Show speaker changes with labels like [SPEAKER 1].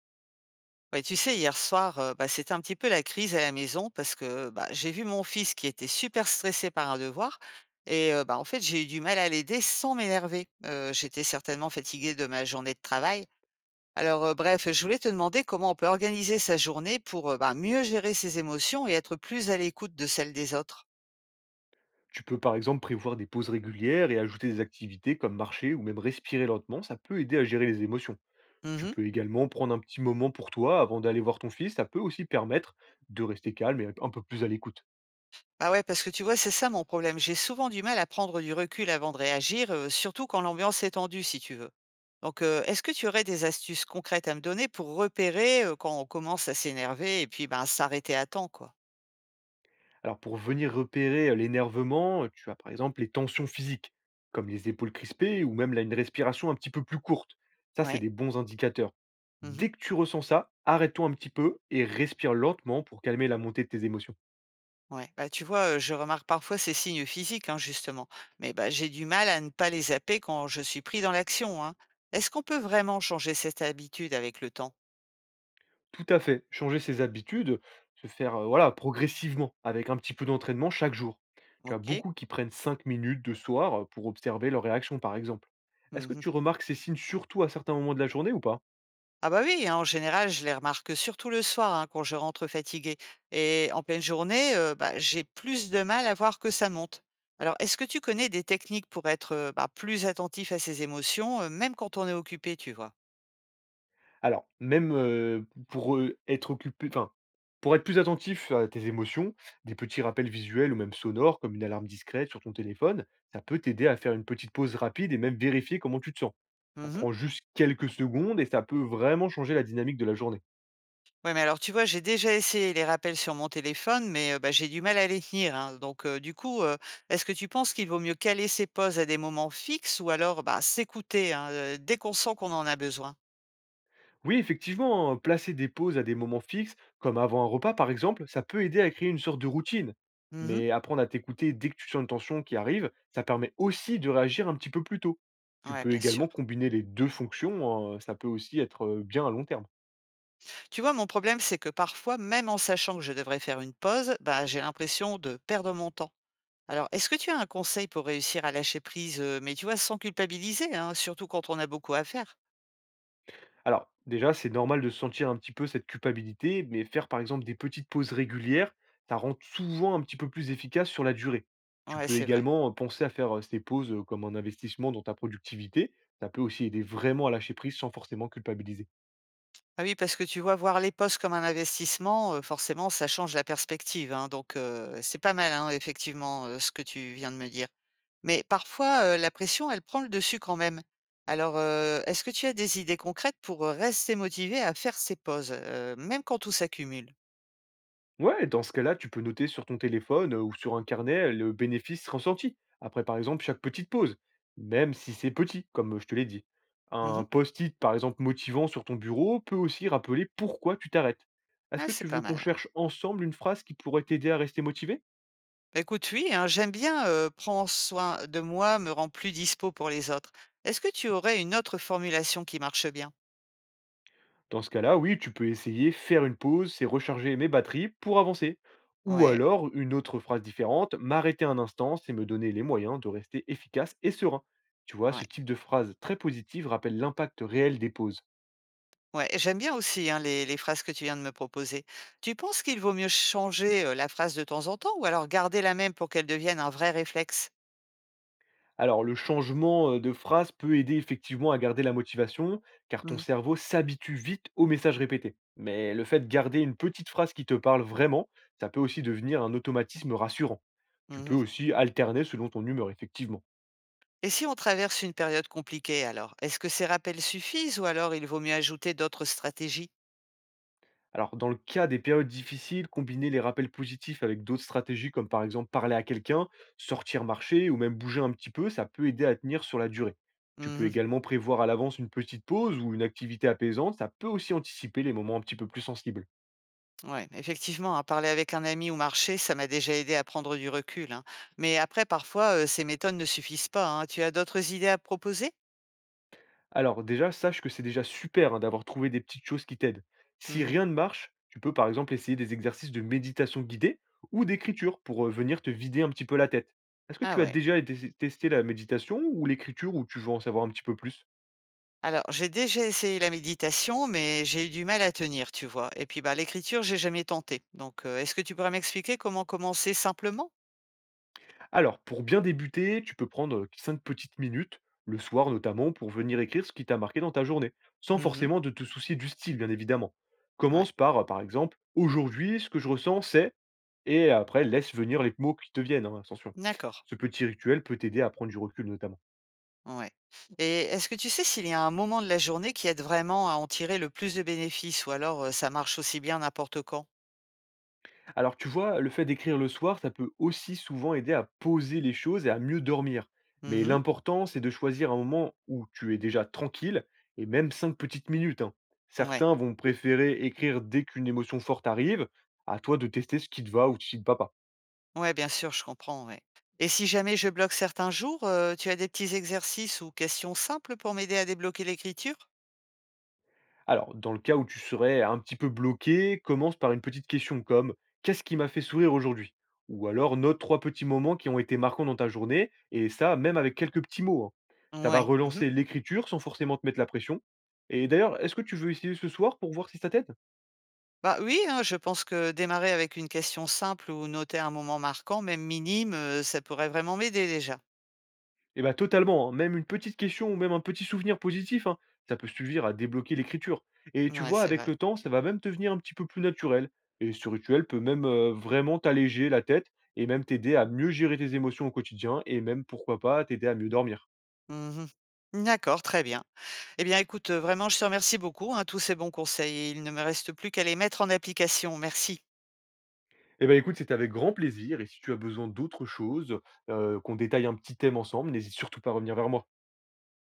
[SPEAKER 1] Ouais, tu sais, hier soir, c'était un petit peu la crise à la maison parce que, j'ai vu mon fils qui était super stressé par un devoir et en fait, j'ai eu du mal à l'aider sans m'énerver. J'étais certainement fatiguée de ma journée de travail. Alors, bref, je voulais te demander comment on peut organiser sa journée pour, mieux gérer ses émotions et être plus à l'écoute de celles des autres?
[SPEAKER 2] Tu peux par exemple prévoir des pauses régulières et ajouter des activités comme marcher ou même respirer lentement, ça peut aider à gérer les émotions. Tu
[SPEAKER 1] Mmh.
[SPEAKER 2] peux également prendre un petit moment pour toi avant d'aller voir ton fils, ça peut aussi permettre de rester calme et un peu plus à l'écoute.
[SPEAKER 1] Bah ouais, parce que tu vois, c'est ça mon problème. J'ai souvent du mal à prendre du recul avant de réagir, surtout quand l'ambiance est tendue, si tu veux. Donc, est-ce que tu aurais des astuces concrètes à me donner pour repérer quand on commence à s'énerver et puis ben s'arrêter à temps, quoi?
[SPEAKER 2] Alors pour venir repérer l'énervement, tu as par exemple les tensions physiques, comme les épaules crispées ou même là, une respiration un petit peu plus courte. Ça, c'est
[SPEAKER 1] Ouais.
[SPEAKER 2] des bons indicateurs.
[SPEAKER 1] Mhm.
[SPEAKER 2] Dès que tu ressens ça, arrête-toi un petit peu et respire lentement pour calmer la montée de tes émotions.
[SPEAKER 1] Ouais. Bah tu vois, je remarque parfois ces signes physiques, hein, justement. Mais bah j'ai du mal à ne pas les zapper quand je suis pris dans l'action, hein. Est-ce qu'on peut vraiment changer cette habitude avec le temps?
[SPEAKER 2] Tout à fait, changer ses habitudes, se faire, voilà, progressivement avec un petit peu d'entraînement chaque jour. Tu as
[SPEAKER 1] Ok.
[SPEAKER 2] beaucoup qui prennent 5 minutes de soir, pour observer leur réaction, par exemple. Est-ce que tu remarques ces signes surtout à certains moments de la journée ou pas?
[SPEAKER 1] Ah bah oui, hein, en général, je les remarque surtout le soir, hein, quand je rentre fatiguée. Et en pleine journée, j'ai plus de mal à voir que ça monte. Alors, est-ce que tu connais des techniques pour être, plus attentif à ses émotions, même quand on est occupé, tu vois?
[SPEAKER 2] Alors même, pour, être occupé enfin, pour être plus attentif à tes émotions, des petits rappels visuels ou même sonores comme une alarme discrète sur ton téléphone, ça peut t'aider à faire une petite pause rapide et même vérifier comment tu te sens. Ça
[SPEAKER 1] Mmh.
[SPEAKER 2] prend juste quelques secondes et ça peut vraiment changer la dynamique de la journée.
[SPEAKER 1] Ouais, mais alors tu vois, j'ai déjà essayé les rappels sur mon téléphone, mais j'ai du mal à les tenir, hein. Donc du coup, est-ce que tu penses qu'il vaut mieux caler ses pauses à des moments fixes ou alors, bah, s'écouter, hein, dès qu'on sent qu'on en a besoin?
[SPEAKER 2] Oui, effectivement, hein, placer des pauses à des moments fixes, comme avant un repas par exemple, ça peut aider à créer une sorte de routine.
[SPEAKER 1] Mmh.
[SPEAKER 2] Mais apprendre à t'écouter dès que tu sens une tension qui arrive, ça permet aussi de réagir un petit peu plus tôt. Tu
[SPEAKER 1] Ouais,
[SPEAKER 2] peux
[SPEAKER 1] bien sûr.
[SPEAKER 2] également combiner les deux fonctions, hein, ça peut aussi être bien à long terme.
[SPEAKER 1] Tu vois, mon problème, c'est que parfois, même en sachant que je devrais faire une pause, bah, j'ai l'impression de perdre mon temps. Alors, est-ce que tu as un conseil pour réussir à lâcher prise, mais tu vois, sans culpabiliser, hein, surtout quand on a beaucoup à faire?
[SPEAKER 2] Alors, déjà, c'est normal de sentir un petit peu cette culpabilité, mais faire par exemple des petites pauses régulières, ça rend souvent un petit peu plus efficace sur la durée. Tu
[SPEAKER 1] Ouais,
[SPEAKER 2] peux
[SPEAKER 1] c'est vrai.
[SPEAKER 2] également penser à faire ces pauses comme un investissement dans ta productivité. Ça peut aussi aider vraiment à lâcher prise sans forcément culpabiliser.
[SPEAKER 1] Ah oui, parce que tu vois, voir les postes comme un investissement, forcément, ça change la perspective, hein. Donc, c'est pas mal, hein, effectivement, ce que tu viens de me dire. Mais parfois, la pression, elle prend le dessus quand même. Alors, est-ce que tu as des idées concrètes pour rester motivé à faire ces pauses, même quand tout s'accumule?
[SPEAKER 2] Ouais, dans ce cas-là, tu peux noter sur ton téléphone ou sur un carnet le bénéfice ressenti, après par exemple chaque petite pause, même si c'est petit, comme je te l'ai dit. Un
[SPEAKER 1] Mmh.
[SPEAKER 2] post-it, par exemple, motivant sur ton bureau peut aussi rappeler pourquoi tu t'arrêtes. Est-ce
[SPEAKER 1] Ah,
[SPEAKER 2] que
[SPEAKER 1] c'est
[SPEAKER 2] tu
[SPEAKER 1] pas
[SPEAKER 2] veux
[SPEAKER 1] mal,
[SPEAKER 2] qu'on
[SPEAKER 1] ouais.
[SPEAKER 2] cherche ensemble une phrase qui pourrait t'aider à rester motivé?
[SPEAKER 1] Bah, écoute, oui, hein, j'aime bien, «prends soin de moi, me rend plus dispos pour les autres». Est-ce que tu aurais une autre formulation qui marche bien?
[SPEAKER 2] Dans ce cas-là, oui, tu peux essayer faire une pause, c'est recharger mes batteries pour avancer. Ou
[SPEAKER 1] Ouais,
[SPEAKER 2] alors, une autre phrase différente, m'arrêter un instant, c'est me donner les moyens de rester efficace et serein. Tu vois, ce
[SPEAKER 1] ouais,
[SPEAKER 2] type de phrase très positive rappelle l'impact réel des pauses.
[SPEAKER 1] ouais, j'aime bien aussi, hein, les phrases que tu viens de me proposer. Tu penses qu'il vaut mieux changer, la phrase de temps en temps ou alors garder la même pour qu'elle devienne un vrai réflexe?
[SPEAKER 2] Alors, le changement de phrase peut aider effectivement à garder la motivation, car ton
[SPEAKER 1] Mmh.
[SPEAKER 2] cerveau s'habitue vite aux messages répétés. Mais le fait de garder une petite phrase qui te parle vraiment, ça peut aussi devenir un automatisme rassurant. Tu peux
[SPEAKER 1] Mmh.
[SPEAKER 2] aussi alterner selon ton humeur, effectivement.
[SPEAKER 1] Et si on traverse une période compliquée alors? Est-ce que ces rappels suffisent ou alors il vaut mieux ajouter d'autres stratégies?
[SPEAKER 2] Alors, dans le cas des périodes difficiles, combiner les rappels positifs avec d'autres stratégies, comme par exemple parler à quelqu'un, sortir marcher ou même bouger un petit peu, ça peut aider à tenir sur la durée. Tu peux
[SPEAKER 1] Mmh.
[SPEAKER 2] également prévoir à l'avance une petite pause ou une activité apaisante, ça peut aussi anticiper les moments un petit peu plus sensibles.
[SPEAKER 1] Ouais, effectivement, hein, parler avec un ami ou marcher, ça m'a déjà aidé à prendre du recul, hein. Mais après, parfois, ces méthodes ne suffisent pas, hein. Tu as d'autres idées à proposer?
[SPEAKER 2] Alors déjà, sache que c'est déjà super, hein, d'avoir trouvé des petites choses qui t'aident. Si
[SPEAKER 1] Mhm.
[SPEAKER 2] rien ne marche, tu peux par exemple essayer des exercices de méditation guidée ou d'écriture pour venir te vider un petit peu la tête. Est-ce que
[SPEAKER 1] Ah
[SPEAKER 2] tu as
[SPEAKER 1] ouais.
[SPEAKER 2] testé la méditation ou l'écriture ou tu veux en savoir un petit peu plus?
[SPEAKER 1] Alors, j'ai déjà essayé la méditation, mais j'ai eu du mal à tenir, tu vois. Et puis, bah, l'écriture, j'ai jamais tenté. Donc, est-ce que tu pourrais m'expliquer comment commencer simplement?
[SPEAKER 2] Alors, pour bien débuter, tu peux prendre 5 petites minutes, le soir notamment, pour venir écrire ce qui t'a marqué dans ta journée, sans
[SPEAKER 1] Mhm.
[SPEAKER 2] forcément de te soucier du style, bien évidemment.
[SPEAKER 1] Ouais.
[SPEAKER 2] Commence par, par exemple, aujourd'hui, ce que je ressens, c'est... Et après, laisse venir les mots qui te viennent, hein, attention.
[SPEAKER 1] D'accord.
[SPEAKER 2] Ce petit rituel peut t'aider à prendre du recul, notamment.
[SPEAKER 1] Ouais. Et est-ce que tu sais s'il y a un moment de la journée qui aide vraiment à en tirer le plus de bénéfices, ou alors ça marche aussi bien n'importe quand?
[SPEAKER 2] Alors tu vois, le fait d'écrire le soir, ça peut aussi souvent aider à poser les choses et à mieux dormir. Mais
[SPEAKER 1] Mhm.
[SPEAKER 2] l'important, c'est de choisir un moment où tu es déjà tranquille, et même 5 petites minutes, hein.
[SPEAKER 1] Ouais.
[SPEAKER 2] Certains vont préférer écrire dès qu'une émotion forte arrive, à toi de tester ce qui te va ou ce qui ne va pas.
[SPEAKER 1] Ouais, bien sûr, je comprends, ouais. Et si jamais je bloque certains jours, tu as des petits exercices ou questions simples pour m'aider à débloquer l'écriture?
[SPEAKER 2] Alors, dans le cas où tu serais un petit peu bloqué, commence par une petite question comme: qu'est-ce qui m'a fait sourire aujourd'hui? Ou alors note 3 petits moments qui ont été marquants dans ta journée, et ça, même avec quelques petits mots, hein. Ça va
[SPEAKER 1] Ouais. Mmh.
[SPEAKER 2] relancer l'écriture sans forcément te mettre la pression. Et d'ailleurs, est-ce que tu veux essayer ce soir pour voir si ça t'aide?
[SPEAKER 1] Bah, oui, hein, je pense que démarrer avec une question simple ou noter un moment marquant, même minime, ça pourrait vraiment m'aider déjà.
[SPEAKER 2] Et bah, totalement, hein. Même une petite question ou même un petit souvenir positif, hein, ça peut suffire à débloquer l'écriture. Et tu
[SPEAKER 1] Ouais,
[SPEAKER 2] vois,
[SPEAKER 1] c'est
[SPEAKER 2] avec
[SPEAKER 1] vrai.
[SPEAKER 2] le temps, ça va même devenir un petit peu plus naturel. Et ce rituel peut même vraiment t'alléger la tête et même t'aider à mieux gérer tes émotions au quotidien et même, pourquoi pas, t'aider à mieux dormir.
[SPEAKER 1] Mmh. D'accord, très bien. Eh bien, écoute, vraiment, je te remercie beaucoup, hein, tous ces bons conseils il ne me reste plus qu'à les mettre en application. Merci.
[SPEAKER 2] Eh ben écoute, c'est avec grand plaisir. Et si tu as besoin d'autres choses, qu'on détaille un petit thème ensemble, n'hésite surtout pas à revenir vers moi.